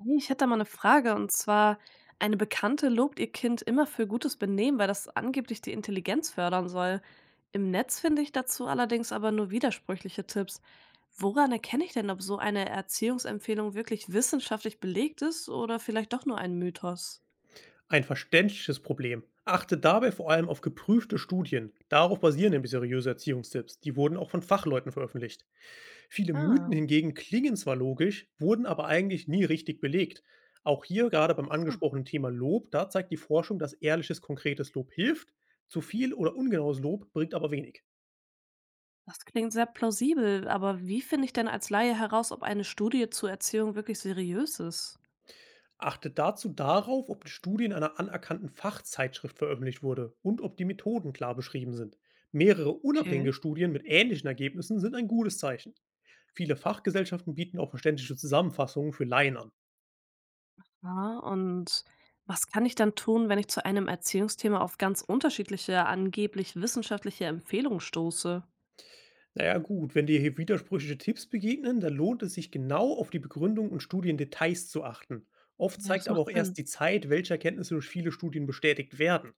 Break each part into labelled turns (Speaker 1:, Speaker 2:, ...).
Speaker 1: Hey, ich hätte da mal eine Frage und zwar: Eine Bekannte lobt ihr Kind immer für gutes Benehmen, weil das angeblich die Intelligenz fördern soll. Im Netz finde ich dazu allerdings aber nur widersprüchliche Tipps. Woran erkenne ich denn, ob so eine Erziehungsempfehlung wirklich wissenschaftlich belegt ist oder vielleicht doch nur ein Mythos?
Speaker 2: Ein verständliches Problem. Achte dabei vor allem auf geprüfte Studien. Darauf basieren nämlich seriöse Erziehungstipps. Die wurden auch von Fachleuten veröffentlicht. Viele Mythen
Speaker 1: Ah,
Speaker 2: hingegen klingen zwar logisch, wurden aber eigentlich nie richtig belegt. Auch hier gerade beim
Speaker 1: so.
Speaker 2: angesprochenen Thema Lob, da zeigt die Forschung, dass ehrliches, konkretes Lob hilft. Zu viel oder ungenaues Lob bringt aber wenig.
Speaker 1: Das klingt sehr plausibel, aber wie finde ich denn als Laie heraus, ob eine Studie zur Erziehung wirklich seriös ist?
Speaker 2: Achtet dazu darauf, ob die Studie in einer anerkannten Fachzeitschrift veröffentlicht wurde und ob die Methoden klar beschrieben sind. Mehrere
Speaker 1: Okay.
Speaker 2: unabhängige Studien mit ähnlichen Ergebnissen sind ein gutes Zeichen. Viele Fachgesellschaften bieten auch verständliche Zusammenfassungen für Laien an.
Speaker 1: Ja, und was kann ich dann tun, wenn ich zu einem Erziehungsthema auf ganz unterschiedliche, angeblich wissenschaftliche Empfehlungen stoße?
Speaker 2: Naja gut, wenn dir hier widersprüchliche Tipps begegnen, dann lohnt es sich genau auf die Begründung und Studiendetails zu achten. Oft
Speaker 1: Ja, das
Speaker 2: zeigt aber
Speaker 1: macht
Speaker 2: auch erst
Speaker 1: Sinn.
Speaker 2: die Zeit, welche Erkenntnisse durch viele Studien bestätigt werden.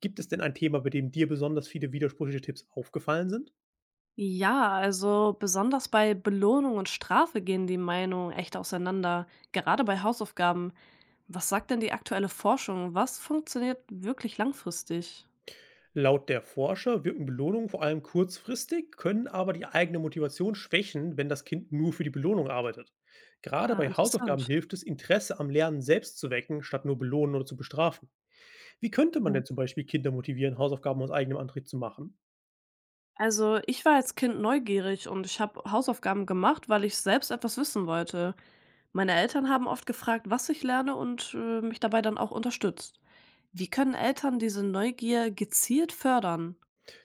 Speaker 2: Gibt es denn ein Thema, bei dem dir besonders viele widersprüchliche Tipps aufgefallen sind?
Speaker 1: Ja, also besonders bei Belohnung und Strafe gehen die Meinungen echt auseinander, gerade bei Hausaufgaben. Was sagt denn die aktuelle Forschung? Was funktioniert wirklich langfristig?
Speaker 2: Laut der Forscher wirken Belohnungen vor allem kurzfristig, können aber die eigene Motivation schwächen, wenn das Kind nur für die Belohnung arbeitet. Gerade
Speaker 1: Ah,
Speaker 2: bei
Speaker 1: interessant.
Speaker 2: Hausaufgaben hilft es, Interesse am Lernen selbst zu wecken, statt nur belohnen oder zu bestrafen. Wie könnte man
Speaker 1: Mhm.
Speaker 2: denn zum Beispiel Kinder motivieren, Hausaufgaben aus eigenem Antrieb zu machen?
Speaker 1: Also ich war als Kind neugierig und ich habe Hausaufgaben gemacht, weil ich selbst etwas wissen wollte. Meine Eltern haben oft gefragt, was ich lerne und mich dabei dann auch unterstützt. Wie können Eltern diese Neugier gezielt fördern?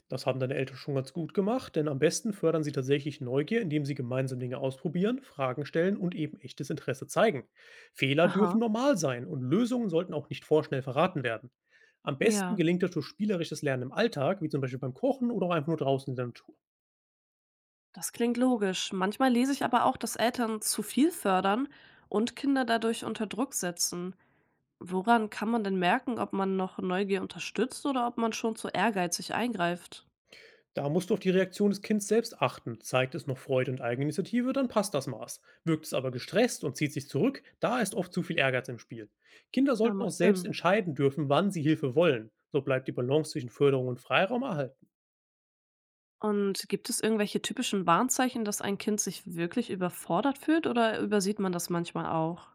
Speaker 2: Das haben deine Eltern schon ganz gut gemacht, denn am besten fördern sie tatsächlich Neugier, indem sie gemeinsam Dinge ausprobieren, Fragen stellen und eben echtes Interesse zeigen. Fehler dürfen
Speaker 1: Aha,
Speaker 2: normal sein und Lösungen sollten auch nicht vorschnell verraten werden. Am besten
Speaker 1: ja.
Speaker 2: gelingt das durch spielerisches Lernen im Alltag, wie zum Beispiel beim Kochen oder auch einfach nur draußen in der Natur.
Speaker 1: Das klingt logisch. Manchmal lese ich aber auch, dass Eltern zu viel fördern und Kinder dadurch unter Druck setzen. Woran kann man denn merken, ob man noch Neugier unterstützt oder ob man schon zu ehrgeizig eingreift?
Speaker 2: Da musst du auf die Reaktion des Kindes selbst achten. Zeigt es noch Freude und Eigeninitiative, dann passt das Maß. Wirkt es aber gestresst und zieht sich zurück, da ist oft zu viel Ehrgeiz im Spiel. Kinder
Speaker 1: Ja,
Speaker 2: sollten auch
Speaker 1: macht
Speaker 2: selbst
Speaker 1: Sinn.
Speaker 2: entscheiden dürfen, wann sie Hilfe wollen. So bleibt die Balance zwischen Förderung und Freiraum erhalten.
Speaker 1: Und gibt es irgendwelche typischen Warnzeichen, dass ein Kind sich wirklich überfordert fühlt oder übersieht man das manchmal auch?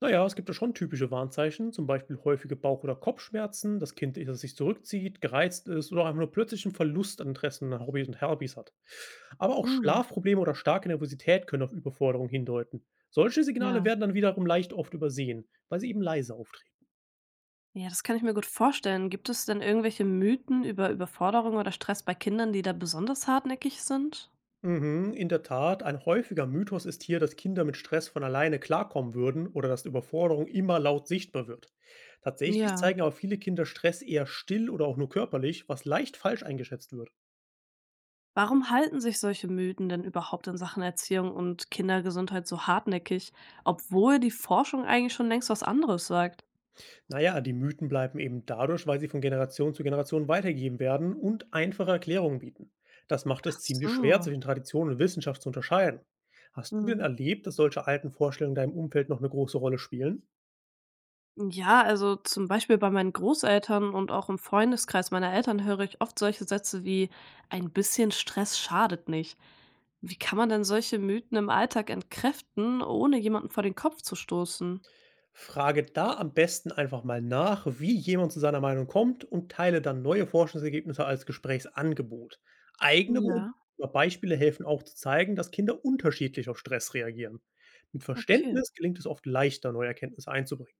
Speaker 2: Naja, es gibt ja schon typische Warnzeichen, zum Beispiel häufige Bauch- oder Kopfschmerzen, das Kind, das sich zurückzieht, gereizt ist oder auch einfach nur plötzlichen Verlust an Interessen, an Hobbys und Hobbys hat. Aber auch
Speaker 1: Hm,
Speaker 2: Schlafprobleme oder starke Nervosität können auf Überforderung hindeuten. Solche Signale
Speaker 1: ja.
Speaker 2: werden dann wiederum leicht oft übersehen, weil sie eben leise auftreten.
Speaker 1: Ja, das kann ich mir gut vorstellen. Gibt es denn irgendwelche Mythen über Überforderung oder Stress bei Kindern, die da besonders hartnäckig sind?
Speaker 2: Mhm, in der Tat, ein häufiger Mythos ist hier, dass Kinder mit Stress von alleine klarkommen würden oder dass Überforderung immer laut sichtbar wird. Tatsächlich
Speaker 1: Ja.
Speaker 2: zeigen aber viele Kinder Stress eher still oder auch nur körperlich, was leicht falsch eingeschätzt wird.
Speaker 1: Warum halten sich solche Mythen denn überhaupt in Sachen Erziehung und Kindergesundheit so hartnäckig, obwohl die Forschung eigentlich schon längst was anderes sagt?
Speaker 2: Naja, die Mythen bleiben eben dadurch, weil sie von Generation zu Generation weitergegeben werden und einfache Erklärungen bieten. Das macht
Speaker 1: Ach
Speaker 2: es ziemlich schwer,
Speaker 1: so.
Speaker 2: zwischen Tradition und Wissenschaft zu unterscheiden. Hast du denn
Speaker 1: Mhm.
Speaker 2: erlebt, dass solche alten Vorstellungen deinem Umfeld noch eine große Rolle spielen?
Speaker 1: Ja, also zum Beispiel bei meinen Großeltern und auch im Freundeskreis meiner Eltern höre ich oft solche Sätze wie ein bisschen Stress schadet nicht. Wie kann man denn solche Mythen im Alltag entkräften, ohne jemanden vor den Kopf zu stoßen?
Speaker 2: Frage da am besten einfach mal nach, wie jemand zu seiner Meinung kommt, und teile dann neue Forschungsergebnisse als Gesprächsangebot. Eigene Beobachtungen
Speaker 1: Ja,
Speaker 2: oder Beispiele helfen auch zu zeigen, dass Kinder unterschiedlich auf Stress reagieren. Mit
Speaker 1: okay.
Speaker 2: Verständnis gelingt es oft leichter, neue Erkenntnisse einzubringen.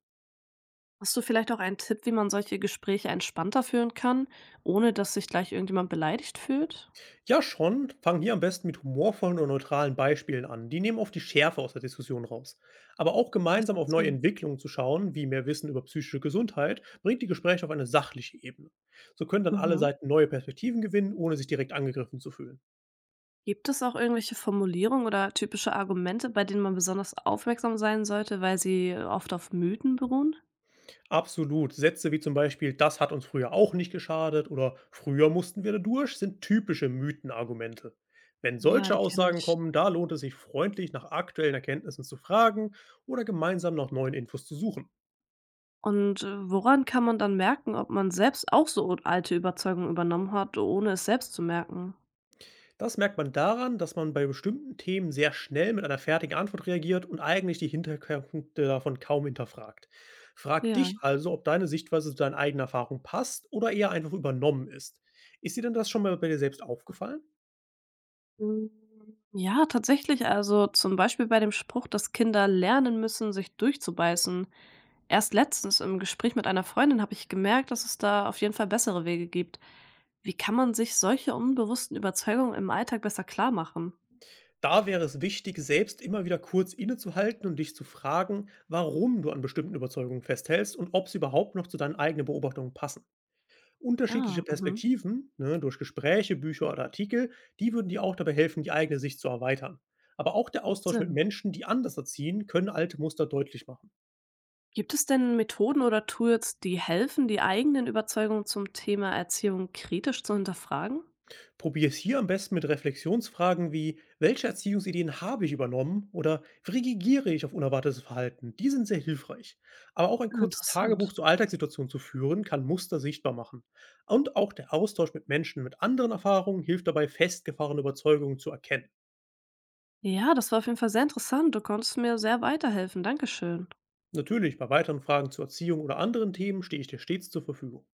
Speaker 1: Hast du vielleicht auch einen Tipp, wie man solche Gespräche entspannter führen kann, ohne dass sich gleich irgendjemand beleidigt fühlt?
Speaker 2: Ja, schon. Fangen hier am besten mit humorvollen und neutralen Beispielen an. Die nehmen oft die Schärfe aus der Diskussion raus. Aber auch
Speaker 1: Das
Speaker 2: gemeinsam
Speaker 1: macht
Speaker 2: auf neue
Speaker 1: Sinn.
Speaker 2: Entwicklungen zu schauen, wie mehr Wissen über psychische Gesundheit, bringt die Gespräche auf eine sachliche Ebene. So können dann alle
Speaker 1: Mhm.
Speaker 2: Seiten neue Perspektiven gewinnen, ohne sich direkt angegriffen zu fühlen.
Speaker 1: Gibt es auch irgendwelche Formulierungen oder typische Argumente, bei denen man besonders aufmerksam sein sollte, weil sie oft auf Mythen beruhen?
Speaker 2: Absolut. Sätze wie zum Beispiel, das hat uns früher auch nicht geschadet oder früher mussten wir da durch, sind typische Mythenargumente. Wenn
Speaker 1: Ja,
Speaker 2: solche
Speaker 1: die kenne
Speaker 2: Aussagen
Speaker 1: ich.
Speaker 2: kommen, da lohnt es sich, freundlich nach aktuellen Erkenntnissen zu fragen oder gemeinsam nach neuen Infos zu suchen.
Speaker 1: Und woran kann man dann merken, ob man selbst auch so alte Überzeugungen übernommen hat, ohne es selbst zu merken?
Speaker 2: Das merkt man daran, dass man bei bestimmten Themen sehr schnell mit einer fertigen Antwort reagiert und eigentlich die Hintergründe davon kaum hinterfragt. Frag
Speaker 1: Ja.
Speaker 2: dich also, ob deine Sichtweise zu deinen eigenen Erfahrungen passt oder eher einfach übernommen ist. Ist dir denn das schon mal bei dir selbst aufgefallen?
Speaker 1: Hm, ja, tatsächlich, also, zum Beispiel bei dem Spruch, dass Kinder lernen müssen, sich durchzubeißen. Erst letztens im Gespräch mit einer Freundin habe ich gemerkt, dass es da auf jeden Fall bessere Wege gibt. Wie kann man sich solche unbewussten Überzeugungen im Alltag besser klarmachen?
Speaker 2: Da wäre es wichtig, selbst immer wieder kurz innezuhalten und dich zu fragen, warum du an bestimmten Überzeugungen festhältst und ob sie überhaupt noch zu deinen eigenen Beobachtungen passen. Unterschiedliche
Speaker 1: Ah, mhm,
Speaker 2: Perspektiven, ne, durch Gespräche, Bücher oder Artikel, die würden dir auch dabei helfen, die eigene Sicht zu erweitern. Aber auch der
Speaker 1: macht
Speaker 2: Austausch mit
Speaker 1: Sinn.
Speaker 2: Menschen, die anders erziehen, können alte Muster deutlich machen.
Speaker 1: Gibt es denn Methoden oder Tools, die helfen, die eigenen Überzeugungen zum Thema Erziehung kritisch zu hinterfragen?
Speaker 2: Probier es hier am besten mit Reflexionsfragen wie, welche Erziehungsideen habe ich übernommen oder wie reagiere ich auf unerwartetes Verhalten? Die sind sehr hilfreich. Aber auch ein
Speaker 1: Ah,
Speaker 2: kurzes
Speaker 1: interessant.
Speaker 2: Tagebuch zur Alltagssituation zu führen, kann Muster sichtbar machen. Und auch der Austausch mit Menschen mit anderen Erfahrungen hilft dabei, festgefahrene Überzeugungen zu erkennen.
Speaker 1: Ja, das war auf jeden Fall sehr interessant. Du konntest mir sehr weiterhelfen. Dankeschön.
Speaker 2: Natürlich, bei weiteren Fragen zur Erziehung oder anderen Themen stehe ich dir stets zur Verfügung.